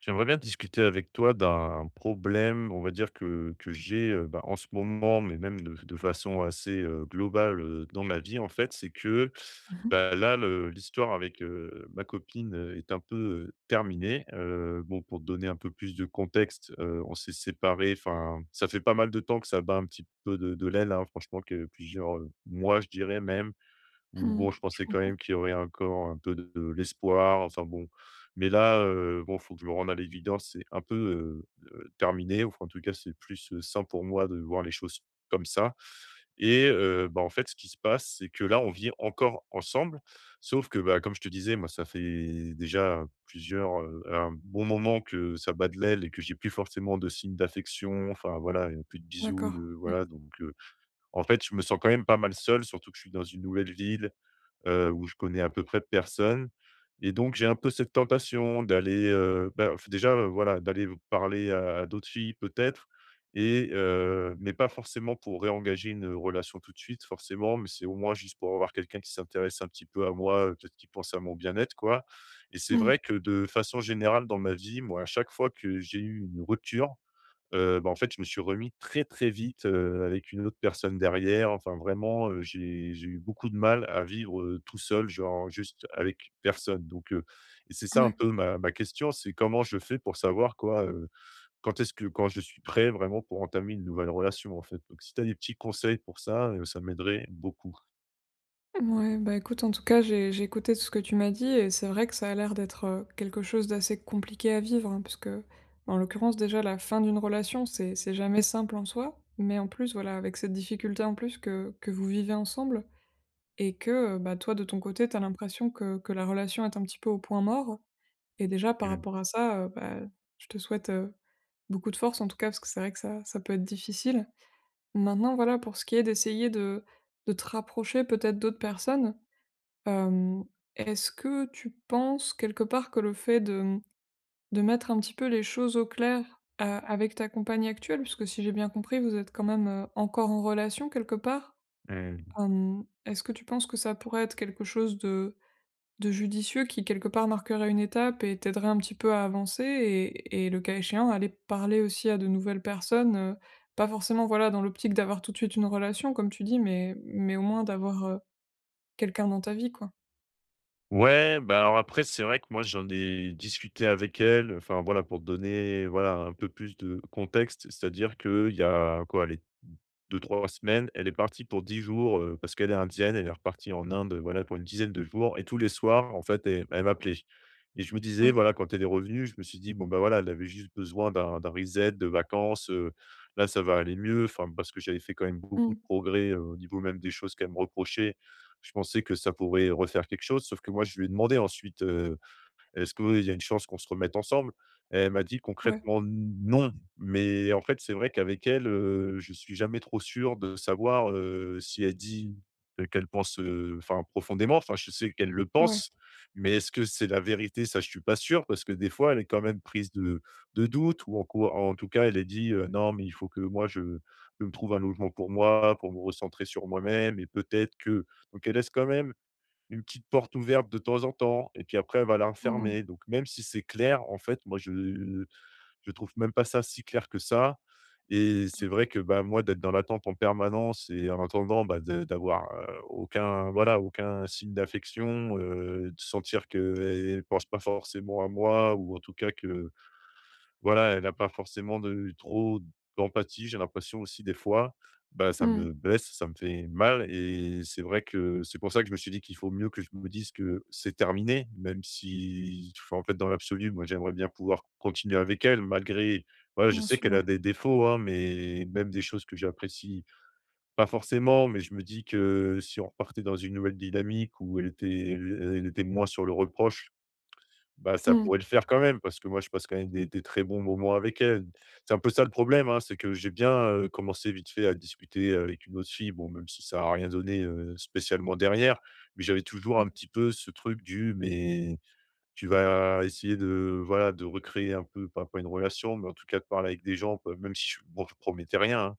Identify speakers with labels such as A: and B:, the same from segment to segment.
A: J'aimerais bien discuter avec toi d'un problème, on va dire que j'ai, bah, en ce moment, mais même de façon assez, globale, dans ma vie en fait. C'est que,
B: Mmh mh.
A: bah, là le l'histoire avec, ma copine, est un peu, terminée. Bon, pour te donner un peu plus de contexte, on s'est séparés, enfin, ça fait pas mal de temps que ça bat un petit peu de l'aile, hein, franchement que plusieurs, mois je dirais même. Où
B: Mmh.
A: bon, je pensais quand même qu'il y aurait encore un peu de l'espoir, enfin bon. Mais là, bon, faut que je me rende à l'évidence, c'est un peu, terminé. Enfin, en tout cas, c'est plus, sain pour moi de voir les choses comme ça. Et bah, en fait, ce qui se passe, c'est que là, on vit encore ensemble, sauf que, bah, comme je te disais, moi, ça fait déjà plusieurs, un bon moment que ça bat de l'aile et que j'ai plus forcément de signes d'affection. Enfin voilà, il y a plus de bisous,
B: D'accord,
A: de
B: oui.
A: voilà, donc en fait, je me sens quand même pas mal seul, surtout que je suis dans une nouvelle ville, où je connais à peu près personne. Et donc j'ai un peu cette tentation d'aller, bah, f déjà, voilà, d'aller parler à d'autres filles peut-être. Et mais pas forcément pour réengager une, relation tout de suite forcément, mais c'est au moins juste pour avoir quelqu'un qui s'intéresse un petit peu à moi, peut-être qui pense à mon bien-être, quoi. Et c'est
B: Mmh.
A: vrai que de façon générale dans ma vie, moi, à chaque fois que j'ai eu une rupture bah, en fait, je me suis remis très, très vite, avec une autre personne derrière. Enfin, vraiment, j'ai eu beaucoup de mal à vivre, tout seul, genre juste avec personne. Donc, et c'est ça un
B: Ouais.
A: peu ma question, c'est comment je fais pour savoir quoi, quand est-ce que quand je suis prêt vraiment pour entamer une nouvelle relation, en fait? Donc si tu as des petits conseils pour ça, ça m'aiderait beaucoup.
B: Mouais, bah, écoute, en tout cas, j'ai écouté tout ce que tu m'as dit et c'est vrai que ça a l'air d'être, quelque chose d'assez compliqué à vivre, hein, parce que bah, en l'occurrence, déjà, la fin d'une relation, c'est jamais simple en soi, mais en plus, voilà, avec cette difficulté en plus que vous vivez ensemble et que, bah, toi, de ton côté, t'as l'impression que la relation est un petit peu au point mort et déjà, par
A: Mmh
B: rapport à ça, bah, je te souhaite, beaucoup de force, en tout cas, parce que c'est vrai que ça ça peut être difficile. Maintenant, voilà, pour ce qui est d'essayer de te rapprocher peut-être d'autres personnes, hem, est-ce que tu penses quelque part que le fait de mettre un petit peu les choses au clair, avec ta compagne actuelle, puisque si j'ai bien compris, vous êtes quand même, encore en relation quelque part,
A: mh.
B: est-ce que tu penses que ça pourrait être quelque chose de judicieux qui quelque part marquerait une étape et t'aiderait un petit peu à avancer et le cas échéant, aller parler aussi à de nouvelles personnes, pas forcément, voilà, dans l'optique d'avoir tout de suite une relation comme tu dis, mais au moins d'avoir, quelqu'un dans ta vie, quoi.
A: Ouais, bah, alors après, c'est vrai que moi, j'en ai discuté avec elle, enfin, voilà, pour te donner, voilà, un peu plus de contexte. C'est-à-dire qu'il y a quoi, les deux trois semaines, elle est partie pour 10 jours, parce qu'elle est indienne, elle est repartie en Inde, voilà, pour une dizaine de jours. Et tous les soirs, en fait, elle m'appelait. Et je me disais,
B: Ouais.
A: voilà, quand elle est revenue, je me suis dit: «Bon, bah, voilà, elle avait juste besoin d'un reset de vacances, là, ça va aller mieux». Enfin, parce que j'avais fait quand même beaucoup
B: Mmh.
A: de progrès, au niveau même des choses qu'elle me reprochait, je pensais que ça pourrait refaire quelque chose. Sauf que moi, je lui ai demandé ensuite, est-ce qu'il y a une chance qu'on se remette ensemble? Elle m'a dit
B: Ouais.
A: concrètement: «Non», mais en fait, c'est vrai qu'avec elle, je suis jamais trop sûr de savoir, si elle dit, qu'elle pense, enfin profondément, enfin je sais qu'elle le
B: Ouais.
A: pense, mais est-ce que c'est la vérité? Ça, je suis pas sûr parce que des fois, elle est quand même prise de doute ou en tout cas, elle est dit, «Non, mais il faut que moi je me trouve un logement pour moi, pour me recentrer sur moi-même et peut-être que». Donc elle laisse quand même une petite porte ouverte de temps en temps et puis après elle va la
B: Mmh mh.
A: refermer. Donc même si c'est clair, en fait, moi je trouve même pas ça si clair que ça. Et c'est vrai que, bah, moi d'être dans l'attente en permanence et en attendant, bah, de d'avoir, aucun voilà, aucun signe d'affection, de sentir qu'elle ne pense pas forcément à moi ou en tout cas que voilà, elle n'a pas forcément de trop d'empathie, j'ai l'impression aussi des fois. Bah, ça
B: Mmh.
A: me blesse, ça me fait mal. Et c'est vrai que c'est pour ça que je me suis dit qu'il faut mieux que je me dise que c'est terminé, même si enfin, en fait, dans l'absolu, moi, j'aimerais bien pouvoir continuer avec elle malgré voilà, je
B: Bien
A: sais
B: sûr,
A: qu'elle
B: ouais.
A: a des défauts, hein, mais même des choses que j'apprécie pas forcément, mais je me dis que si on repartait dans une nouvelle dynamique où elle était moins sur le reproche, bah, ça
B: Mmh.
A: pourrait le faire quand même, parce que moi, je passe quand même des très bons moments avec elle. C'est un peu ça le problème, hein, c'est que j'ai bien, commencé vite fait à discuter avec une autre fille, bon, même si ça a rien donné, spécialement derrière, mais j'avais toujours
B: Ouais.
A: un petit peu ce truc du: «Mais tu vas essayer de, voilà, de recréer un peu», pas une relation, mais en tout cas de parler avec des gens, bah, même si je bon, je promettais rien, hein.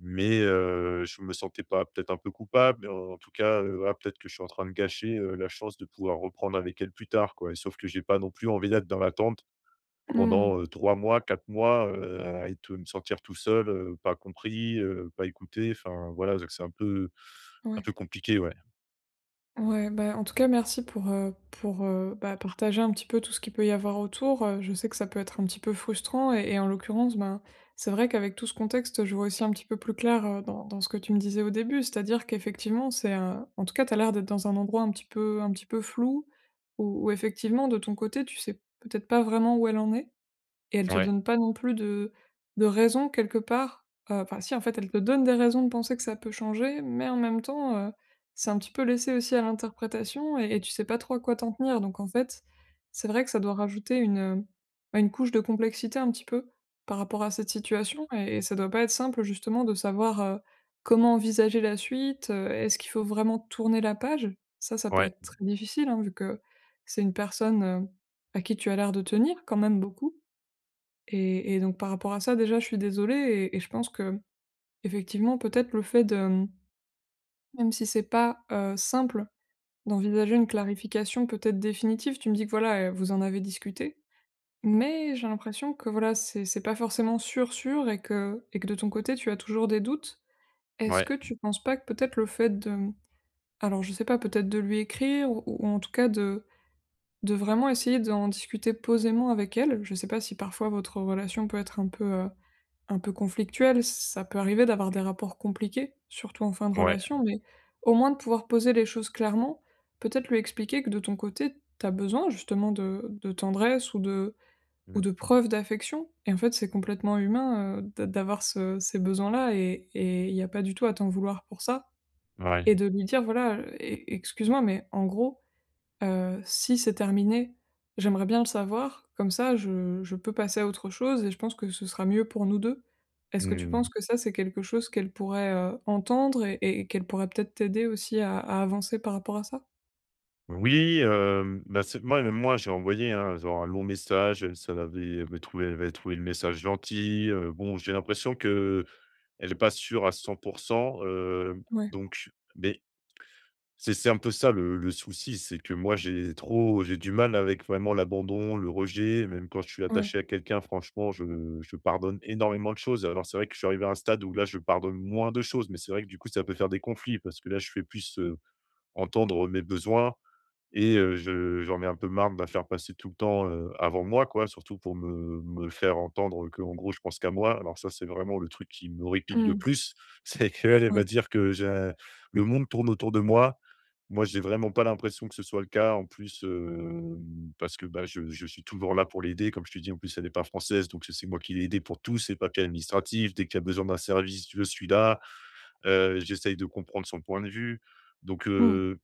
A: Mais je me sentais pas peut-être un peu coupable, mais en tout cas, voilà, peut-être que je suis en train de gâcher, la chance de pouvoir reprendre avec elle plus tard, quoi. Et sauf que j'ai pas non plus envie d'être dans l'attente
B: Mmh.
A: pendant, 3 mois, 4 mois, à être me sentir tout seul, pas compris, pas écouté. Enfin voilà, donc c'est un peu un
B: Ouais.
A: peu compliqué, ouais.
B: Ouais, bah, en tout cas, merci pour, bah, partager un petit peu tout ce qu'il peut y avoir autour, je sais que ça peut être un petit peu frustrant et en l'occurrence, ben, c'est vrai qu'avec tout ce contexte, je vois aussi un petit peu plus clair, dans dans ce que tu me disais au début. C'est-à-dire qu'effectivement, c'est un en tout cas, tu as l'air d'être dans un endroit un petit peu flou où où effectivement de ton côté, tu sais peut-être pas vraiment où elle en est. Et elle te donne pas non plus de raison quelque part, enfin si en fait elle te donne des raisons de penser que ça peut changer, mais en même temps, c'est un petit peu laissé aussi à l'interprétation et tu sais pas trop à quoi t'en tenir. Donc en fait, c'est vrai que ça doit rajouter une, bah, une couche de complexité un petit peu par rapport à cette situation et ça doit pas être simple justement de savoir, comment envisager la suite, est-ce qu'il faut vraiment tourner la page? Ça peut
A: Ouais,
B: être très difficile, hein, vu que c'est une personne, à qui tu as l'air de tenir quand même beaucoup. Et donc par rapport à ça, déjà, je suis désolée et je pense que effectivement peut-être le fait de, même si c'est pas, simple, d'envisager une clarification peut-être définitive. Tu me dis que voilà, vous en avez discuté, mais j'ai l'impression que voilà, c'est pas forcément sûr, sûr et que de ton côté, tu as toujours des doutes. Est-ce que
A: ouais,
B: tu penses pas que peut-être le fait de, mmh, alors je sais pas, peut-être de lui écrire ou en tout cas de vraiment essayer d'en discuter posément avec elle? Je sais pas si parfois votre relation peut être un peu, Un peu conflictuel, ça peut arriver d'avoir des rapports compliqués, surtout en fin de
A: ouais,
B: relation, mais au moins de pouvoir poser les choses clairement, peut-être lui expliquer que de ton côté, tu as besoin justement de tendresse ou
A: mmh,
B: de preuves d'affection et en fait, c'est complètement humain, d'avoir ce ces besoins-là et il y a pas du tout à t'en vouloir pour ça
A: ouais,
B: et de lui dire: «Voilà, e excuse-moi, mais en gros, si c'est terminé, j'aimerais bien le savoir, comme ça je peux passer à autre chose et je pense que ce sera mieux pour nous 2. Est-ce que tu penses
A: mmh.
B: que ça, c'est quelque chose qu'elle pourrait, entendre et qu'elle pourrait peut-être t'aider aussi à avancer par rapport à ça?
A: Oui, bah, c'est moi même moi, j'ai envoyé, hein, genre un long message, elle, ça l'avait elle avait trouvé le message gentil, bon, j'ai l'impression que elle est pas sûre à 100% heu,
B: Ouais,
A: donc mais c'est un peu ça le souci, c'est que moi j'ai du mal avec vraiment l'abandon, le rejet, même quand je suis
B: ouais.
A: attaché à quelqu'un, franchement, je pardonne énormément de choses. Alors c'est vrai que je suis arrivé à un stade où là, je pardonne moins de choses, mais c'est vrai que du coup, ça peut faire des conflits parce que là, je fais plus, entendre mes besoins. Et je j'en ai un peu marre de la faire passer tout le temps, avant moi, quoi, surtout pour me faire entendre que, en gros, je pense qu'à moi. Alors ça, c'est vraiment le truc qui me répique le
B: Mmh.
A: plus, c'est qu'elle, elle va
B: Ouais.
A: dire que le monde tourne autour de moi. Moi, j'ai vraiment pas l'impression que ce soit le cas. En plus, parce que, bah, je suis toujours là pour l'aider. Comme je te dis, en plus, elle n'est pas française, donc c'est moi qui l'ai aidée pour tous ses papiers administratifs. Dès qu'il y a besoin d'un service, je suis là. J'essaye de comprendre son point de vue. Donc
B: Mmh.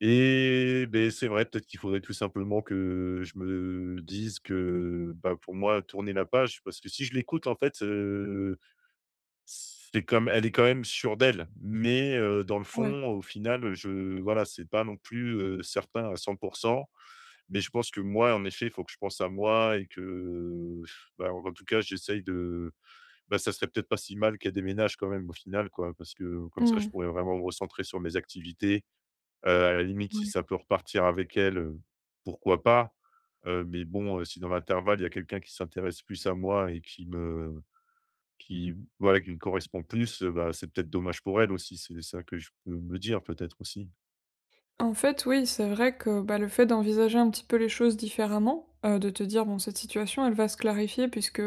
A: et ben c'est vrai, peut-être qu'il faudrait tout simplement que je me dise que, bah, pour moi, tourner la page, parce que si je l'écoute, en fait, c'est comme elle est quand même sûre d'elle. Mais, dans le
B: Ouais.
A: fond, au final, je voilà, c'est pas non plus, certain à 100%. Mais je pense que moi, en effet, il faut que je pense à moi et que, bah, en tout cas, j'essaye de bah, ça serait peut-être pas si mal qu'elle déménage quand même, au final, quoi. Parce que comme ça,
B: Mmh.
A: je pourrais vraiment me recentrer sur mes activités. À la limite, si
B: Ouais.
A: ça peut repartir avec elle, pourquoi pas? Mais bon, si dans l'intervalle, il y a quelqu'un qui s'intéresse plus à moi et qui me qui voilà, qui me correspond plus, bah, c'est peut-être dommage pour elle aussi. C'est ça que je peux me dire peut-être aussi.
B: En fait, oui, c'est vrai que, bah, le fait d'envisager un petit peu les choses différemment, de te dire: «Bon, cette situation, elle va se clarifier puisque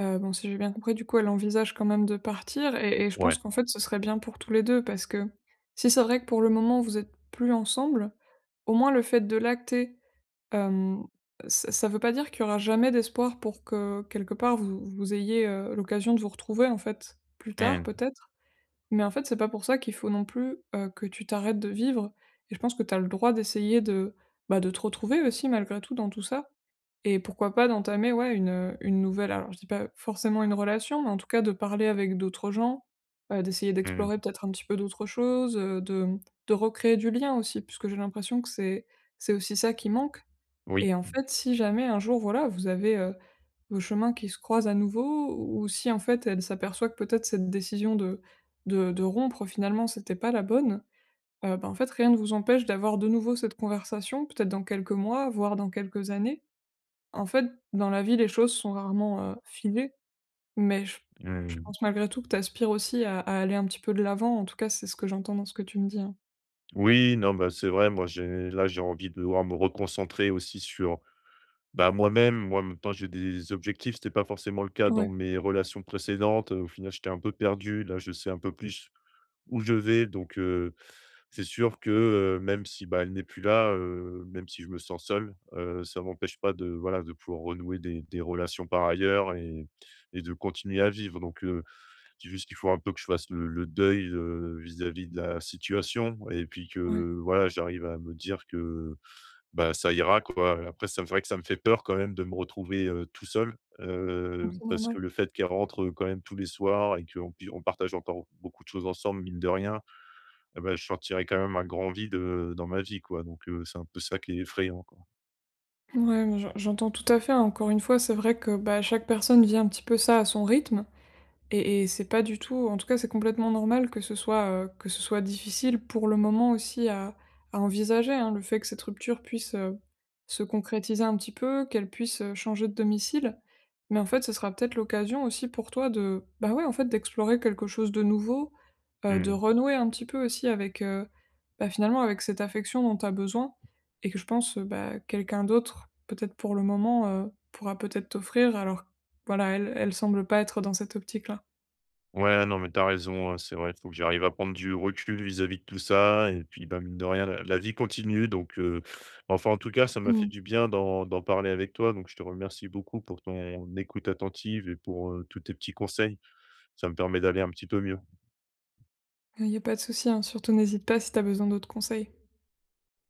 B: Bon, si j'ai bien compris, du coup, elle envisage quand même de partir et je pense
A: Ouais.
B: qu'en fait, ce serait bien pour tous les 2, parce que si c'est vrai que pour le moment, vous êtes plus ensemble, au moins le fait de l'acter, hem, ça ça veut pas dire qu'il y aura jamais d'espoir pour que, quelque part, vous vous ayez, l'occasion de vous retrouver, en fait, plus tard,
A: Mmh.
B: peut-être. Mais en fait, c'est pas pour ça qu'il faut non plus, que tu t'arrêtes de vivre et je pense que t'as le droit d'essayer de, bah, de te retrouver aussi malgré tout dans tout ça. Et pourquoi pas d'entamer, ouais, une nouvelle alors je dis pas forcément une relation, mais en tout cas de parler avec d'autres gens, d'essayer
A: Mmh.
B: d'explorer peut-être un petit peu d'autres choses, de, mmh, de recréer du lien aussi, puisque j'ai l'impression que c'est aussi ça qui manque
A: Oui.
B: et en fait, si jamais un jour, voilà, vous avez, vos chemins qui se croisent à nouveau ou si en fait elle s'aperçoit que peut-être cette décision de de rompre finalement c'était pas la bonne, bah, en fait rien ne vous empêche d'avoir de nouveau cette conversation, peut-être dans quelques mois, voire dans quelques années en fait, dans la vie, les choses sont rarement, filées, mais je
A: Mmh.
B: pense malgré tout que tu aspires aussi à aller un petit peu de l'avant. En tout cas, c'est ce que j'entends dans ce que tu me dis, hein.
A: Oui, non, bah, c'est vrai, moi, j'ai envie de devoir me reconcentrer aussi sur, bah, moi-même. Moi, en même temps, j'ai des objectifs, c'était pas forcément le cas dans
B: Ouais,
A: mes relations précédentes. Au final, j'étais un peu perdu. Là, je sais un peu plus où je vais. Donc, c'est sûr que, même si, bah, elle n'est plus là, même si je me sens seul, ça m'empêche pas de, voilà, de pouvoir renouer des relations par ailleurs et de continuer à vivre. Donc, c'est juste qu'il faut un peu que je fasse le deuil, vis-à-vis de la situation et puis
B: ouais,
A: que, voilà, j'arrive à me dire que, bah, ça ira, quoi. Après, ça me c'est vrai que ça me fait peur quand même de me retrouver, tout seul, heu,
B: donc
A: Mmh.
B: c'est
A: Parce que
B: normal.
A: le fait qu'elle rentre, quand même tous les soirs et qu'on puis on partage encore beaucoup de choses ensemble, mine de rien, eh ben je sortirais quand même un grand vide, dans ma vie, quoi. Donc c'est un peu ça qui est effrayant, quoi.
B: Ouais, mais j'entends tout à fait, hein. Encore une fois, c'est vrai que, bah, chaque personne vit un petit peu ça à son rythme. Et c'est pas du tout en tout cas, c'est complètement normal que ce soit difficile pour le moment aussi à envisager, hein. Le fait que cette rupture puisse, se concrétiser un petit peu, qu'elle puisse, changer de domicile. Mais en fait, ce sera peut-être l'occasion aussi pour toi de, bah, ouais, en fait, d'explorer quelque chose de nouveau, de
A: Mmh.
B: renouer un petit peu aussi avec, bah, finalement avec cette affection dont tu as besoin et que je pense, bah, quelqu'un d'autre, peut-être pour le moment, pourra peut-être t'offrir alors voilà, elle elle semble pas être dans cette optique-là.
A: Ouais, non, mais t'as raison, hein, c'est vrai, faut que j'arrive à prendre du recul vis-à-vis de tout ça et puis, bah, mine de rien, la vie continue. Donc enfin, en tout cas, ça m'a fait
B: Mmh.
A: du bien d'en parler avec toi. Donc je te remercie beaucoup pour ton écoute attentive et pour, tous tes petits conseils. Ça me permet d'aller un petit peu mieux.
B: Il y a pas de souci, hein, surtout n'hésite pas si tu as besoin d'autres conseils.